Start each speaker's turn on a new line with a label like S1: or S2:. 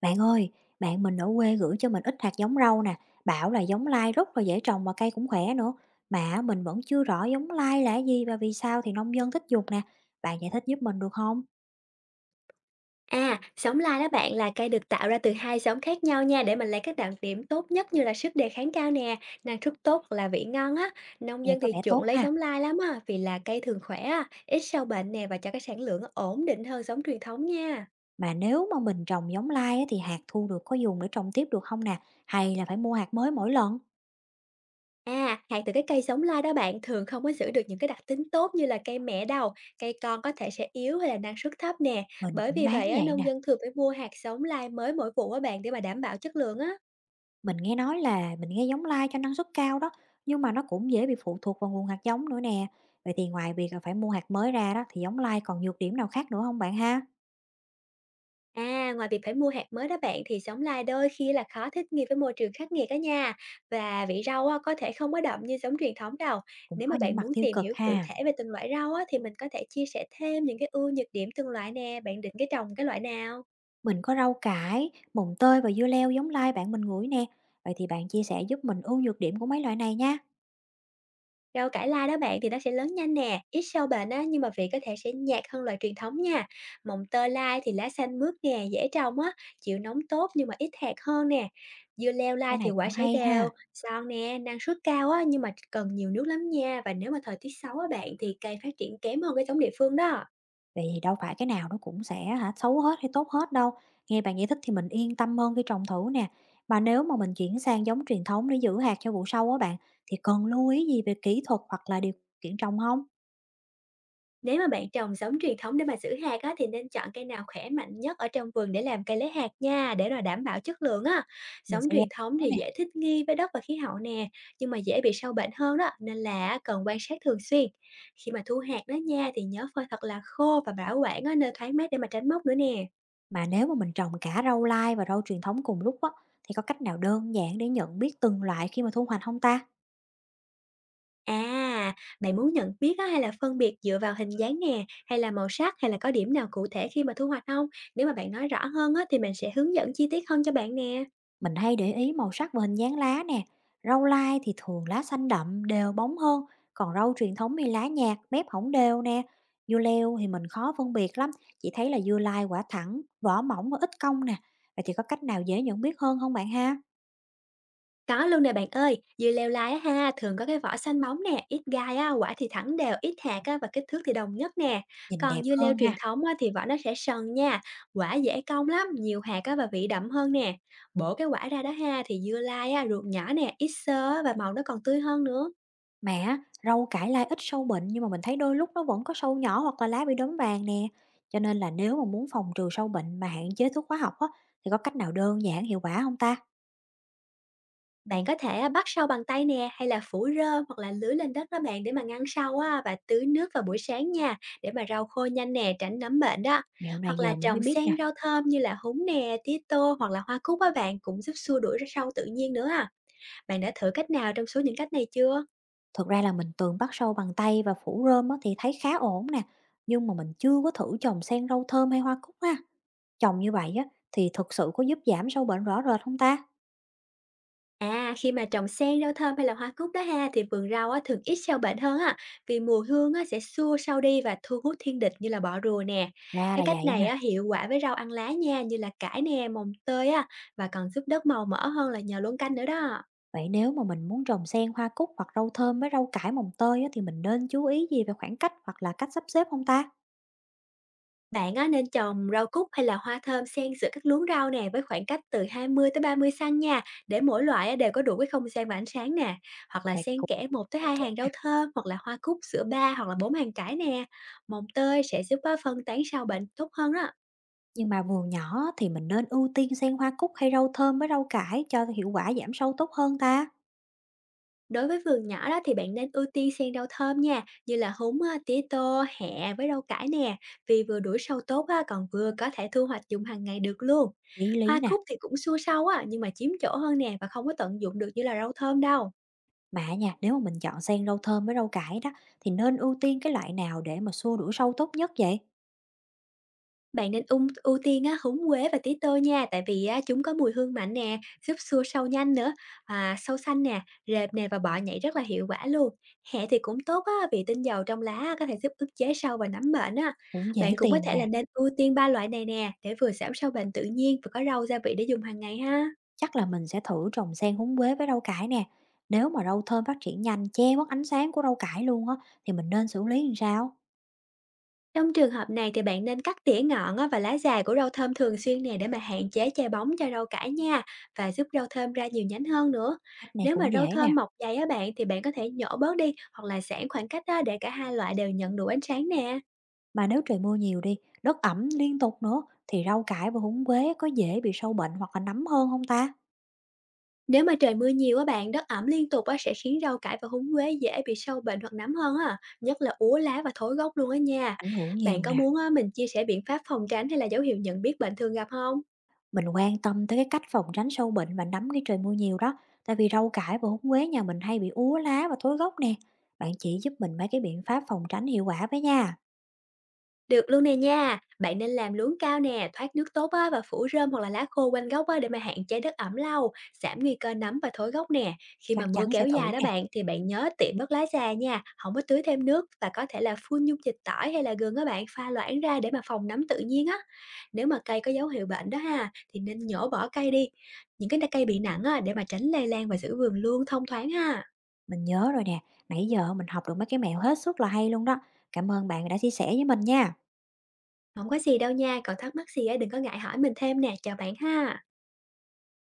S1: Bạn ơi, bạn mình ở quê gửi cho mình ít hạt giống rau nè, bảo là giống lai rất là dễ trồng và cây cũng khỏe nữa. Mà mình vẫn chưa rõ giống lai là gì và vì sao thì nông dân thích dùng nè. Bạn giải thích giúp mình được không?
S2: À, sóng lai đó bạn là cây được tạo ra từ hai sóng khác nhau nha, để mình lấy các đặc điểm tốt nhất như là sức đề kháng cao nè, năng suất tốt hoặc là vị ngon á. Nông
S1: Nghe
S2: dân
S1: có
S2: thì
S1: vẻ
S2: chuộng
S1: tốt
S2: lấy
S1: ha.
S2: sóng lai lắm á, vì là cây thường khỏe á, ít sâu bệnh nè và cho cái sản lượng ổn định hơn sóng truyền thống nha.
S1: Mà nếu mà mình trồng giống lai á, thì hạt thu được có dùng để trồng tiếp được không nè? Hay là phải mua hạt mới mỗi lần?
S2: À, hạt từ cái cây sóng lai đó bạn thường không có giữ được những cái đặc tính tốt như là cây mẹ đâu, cây con có thể sẽ yếu hay là năng suất thấp nè.
S1: Mình
S2: Bởi
S1: cũng
S2: vì
S1: đoán
S2: vậy á,
S1: vậy
S2: nông
S1: nè.
S2: dân thường phải mua hạt sóng lai mới mỗi vụ á bạn, để mà đảm bảo chất lượng á.
S1: Mình nghe giống lai cho năng suất cao đó, nhưng mà nó cũng dễ bị phụ thuộc vào nguồn hạt giống nữa nè. Vậy thì ngoài việc là phải mua hạt mới ra đó thì giống lai còn nhược điểm nào khác nữa không bạn ha?
S2: À, ngoài việc phải mua hạt mới đó bạn thì giống lai đôi khi là khó thích nghi với môi trường khắc nghiệt đó nha. Và vị rau á, có thể không có đậm như giống truyền thống đâu.
S1: Cũng
S2: Nếu mà
S1: có những
S2: bạn
S1: mặt
S2: muốn
S1: tiêu
S2: tìm
S1: cực
S2: hiểu cụ
S1: ha.
S2: thể về từng loại rau á, thì mình có thể chia sẻ thêm những cái ưu nhược điểm từng loại nè. Bạn định cái trồng cái loại nào?
S1: Mình có rau cải, mùng tơi và dưa leo giống lai bạn mình ngửi nè. Vậy thì bạn chia sẻ giúp mình ưu nhược điểm của mấy loại này nha.
S2: Rau cải lai đó bạn thì nó sẽ lớn nhanh nè, ít sâu bệnh á, nhưng mà vị có thể sẽ nhạt hơn loại truyền thống nha. Mồng tơi lai thì lá xanh mướt nè, dễ trồng á, chịu nóng tốt nhưng mà ít hạt hơn nè. Dưa leo
S1: Cái
S2: lai thì
S1: này
S2: quả
S1: cũng
S2: sẽ
S1: hay
S2: đều,
S1: ha.
S2: giòn nè, năng suất cao á, nhưng mà cần nhiều nước lắm nha. Và nếu mà thời tiết xấu á bạn thì cây phát triển kém hơn cái giống địa phương đó.
S1: Vậy thì đâu phải cái nào nó cũng sẽ hả xấu hết hay tốt hết đâu. Nghe bạn giải thích thì mình yên tâm hơn khi trồng thử nè. Mà nếu mà mình chuyển sang giống truyền thống để giữ hạt cho vụ sau á bạn, thì cần lưu ý gì về kỹ thuật hoặc là điều kiện trồng không?
S2: Nếu mà bạn trồng giống truyền thống để mà giữ hạt á, thì nên chọn cây nào khỏe mạnh nhất ở trong vườn để làm cây lấy hạt nha, để rồi đảm bảo chất lượng á.
S1: Mình
S2: Giống
S1: sẽ ra
S2: truyền thống
S1: đó
S2: thì
S1: nè.
S2: dễ thích nghi với đất và khí hậu nè, nhưng mà dễ bị sâu bệnh hơn đó, nên là cần quan sát thường xuyên. Khi mà thu hạt đó nha thì nhớ phơi thật là khô và bảo quản ở nơi thoáng mát để mà tránh mốc nữa nè.
S1: Mà nếu mà mình trồng cả rau lai và rau truyền thống cùng lúc á, thì có cách nào đơn giản để nhận biết từng loại khi mà thu hoạch không ta?
S2: À, bạn muốn nhận biết á, hay là phân biệt dựa vào hình dáng nè, hay là màu sắc, hay là có điểm nào cụ thể khi mà thu hoạch không? Nếu mà bạn nói rõ hơn á, thì mình sẽ hướng dẫn chi tiết hơn cho bạn nè.
S1: Mình hay để ý màu sắc và hình dáng lá nè. Rau lai thì thường lá xanh đậm, đều bóng hơn, còn rau truyền thống thì lá nhạt, mép hổng đều nè. Dưa leo thì mình khó phân biệt lắm, chỉ thấy là dưa lai quả thẳng, vỏ mỏng và ít cong nè. Vậy thì có cách nào dễ nhận biết hơn không bạn ha?
S2: Có luôn nè bạn ơi, dưa leo lai á ha, thường có cái vỏ xanh bóng nè, ít gai á, quả thì thẳng đều, ít hạt á, và kích thước thì đồng nhất nè.
S1: Nhìn
S2: Còn
S1: đẹp
S2: dưa leo
S1: hơn
S2: truyền
S1: ha.
S2: thống á, thì vỏ nó sẽ sần nha, quả dễ cong lắm, nhiều hạt á, và vị đậm hơn nè. Bổ cái quả ra đó ha, thì dưa lai á, ruột nhỏ nè, ít xơ á, và màu nó còn tươi hơn nữa.
S1: Mà á, rau cải lai ít sâu bệnh nhưng mà mình thấy đôi lúc nó vẫn có sâu nhỏ hoặc là lá bị đốm vàng nè. Cho nên là nếu mà muốn phòng trừ sâu bệnh mà hạn chế thuốc hóa học á, thì có cách nào đơn giản hiệu quả không ta?
S2: Bạn có thể, bắt sâu bằng tay nè, hay là phủ rơm hoặc là lưới lên đất đó bạn để mà ngăn sâu á, và tưới nước vào buổi sáng nha, để mà rau khô nhanh nè, tránh nấm bệnh đó.
S1: Mẹo này
S2: Hoặc là
S1: giờ mình
S2: trồng
S1: mới biết
S2: xen
S1: nè.
S2: rau thơm như là húng nè, tía tô hoặc là hoa cúc á bạn, cũng giúp xua đuổi sâu tự nhiên nữa à. Bạn đã thử cách nào trong số những cách này chưa?
S1: Thực ra là mình từng bắt sâu bằng tay và phủ rơm á thì thấy khá ổn nè, nhưng mà mình chưa có thử trồng sen rau thơm hay hoa cúc ha. Trồng như vậy á thì thực sự có giúp giảm sâu bệnh rõ rệt không ta?
S2: À, khi mà trồng sen, rau thơm hay là hoa cúc đó ha, thì vườn rau á, thường ít sâu bệnh hơn á, vì mùi hương á, sẽ xua sâu đi và thu hút thiên địch như là bọ rùa nè.
S1: Ra
S2: Cái
S1: là
S2: cách
S1: vậy
S2: này
S1: ha.
S2: á, hiệu quả với rau ăn lá nha, như là cải nè, mồng tơi á, và còn giúp đất màu mỡ hơn là nhờ luống canh nữa đó.
S1: Vậy nếu mà mình muốn trồng sen hoa cúc hoặc rau thơm với rau cải mồng tơi á, thì mình nên chú ý gì về khoảng cách hoặc là cách sắp xếp không ta?
S2: Bạn á, nên trồng rau cúc hay là hoa thơm xen giữa các luống rau nè, với khoảng cách từ 20 tới 30 xăng nha, để mỗi loại á, đều có đủ cái không gian và ánh sáng nè, hoặc là
S1: Vậy
S2: xen
S1: cũng
S2: kẽ một tới
S1: kích
S2: hai
S1: thước
S2: hàng rau
S1: ha.
S2: thơm hoặc là hoa cúc giữa ba hoặc là bốn hàng cải nè. Mồng tơi sẽ giúp á, phân tán sâu bệnh tốt hơn đó.
S1: Nhưng mà vườn nhỏ á, thì mình nên ưu tiên sen hoa cúc hay rau thơm với rau cải cho hiệu quả giảm sâu tốt hơn ta?
S2: Đối với vườn nhỏ đó thì bạn nên ưu tiên xen rau thơm nha, như là húng, tía tô, hẹ với rau cải nè, vì vừa đuổi sâu tốt á, còn vừa có thể thu hoạch dùng hàng ngày được luôn.
S1: Chí lý
S2: Hoa
S1: nè.
S2: cúc thì cũng xua sâu á, nhưng mà chiếm chỗ hơn nè và không có tận dụng được như là rau thơm đâu.
S1: Mà nha, nếu mà mình chọn xen rau thơm với rau cải đó thì nên ưu tiên cái loại nào để mà xua đuổi sâu tốt nhất vậy?
S2: Bạn nên ưu tiên á, húng quế và tí tơ nha, tại vì á, chúng có mùi hương mạnh nè, giúp xua sâu nhanh nữa, à, sâu xanh nè, rệp nè và bọ nhảy rất là hiệu quả luôn. Hẹ thì cũng tốt á, vì tinh dầu trong lá á, có thể giúp ức chế sâu và nấm bệnh á.
S1: Cũng dễ
S2: Bạn cũng có
S1: tìm
S2: thể là
S1: nè,
S2: nên ưu tiên ba loại này nè, để vừa giảm sâu bệnh tự nhiên và có rau gia vị để dùng hàng ngày ha.
S1: chắc là mình sẽ thử trồng xen húng quế với rau cải nè. Nếu mà rau thơm phát triển nhanh che mất ánh sáng của rau cải luôn á thì mình nên xử lý làm sao?
S2: Trong trường hợp này thì bạn nên cắt tỉa ngọn á và lá già của rau thơm thường xuyên nè, để mà hạn chế chai bóng cho rau cải nha và giúp rau thơm ra nhiều nhánh hơn nữa.
S1: Cách này
S2: Nếu mà
S1: cũng
S2: rau
S1: dễ
S2: thơm
S1: nè.
S2: mọc dày á bạn thì bạn có thể nhổ bớt đi hoặc là giãn khoảng cách á, để cả hai loại đều nhận đủ ánh sáng nè.
S1: Mà nếu trời mưa nhiều đi, đất ẩm liên tục nữa thì rau cải và húng quế có dễ bị sâu bệnh hoặc là nấm hơn không ta?
S2: Nếu mà trời mưa nhiều á bạn, đất ẩm liên tục á sẽ khiến rau cải và húng quế dễ bị sâu bệnh hoặc nấm hơn á, nhất là úa lá và thối gốc luôn á nha.
S1: Ảnh hưởng
S2: Bạn
S1: nhiều
S2: có
S1: nè.
S2: muốn á, mình chia sẻ biện pháp phòng tránh hay là dấu hiệu nhận biết bệnh thường gặp không?
S1: Mình quan tâm tới cái cách phòng tránh sâu bệnh và nấm khi trời mưa nhiều đó, tại vì rau cải và húng quế nhà mình hay bị úa lá và thối gốc nè. Bạn chỉ giúp mình mấy cái biện pháp phòng tránh hiệu quả với nha.
S2: Được luôn nè nha, bạn nên làm luống cao nè, thoát nước tốt á và phủ rơm hoặc là lá khô quanh gốc á, để mà hạn chế đất ẩm lâu, giảm nguy cơ nấm và thối gốc nè. Khi
S1: Chắc
S2: mà mưa
S1: chắn sẽ
S2: kéo
S1: thử
S2: dài đó
S1: nè.
S2: bạn thì bạn nhớ tiện bớt lá già nha, không có tưới thêm nước và có thể là phun dung dịch tỏi hay là gừng á bạn pha loãng ra để mà phòng nấm tự nhiên á. Nếu mà cây có dấu hiệu bệnh đó ha thì nên nhổ bỏ cây đi. Những cái cây bị nặng á, để mà tránh lây lan và giữ vườn luôn thông thoáng ha.
S1: Mình nhớ rồi nè, nãy giờ mình học được mấy cái mẹo hết sức là hay luôn đó. Cảm ơn bạn đã chia sẻ với mình nha.
S2: Không có gì đâu nha, còn thắc mắc gì á đừng có ngại hỏi mình thêm nè, chào bạn ha.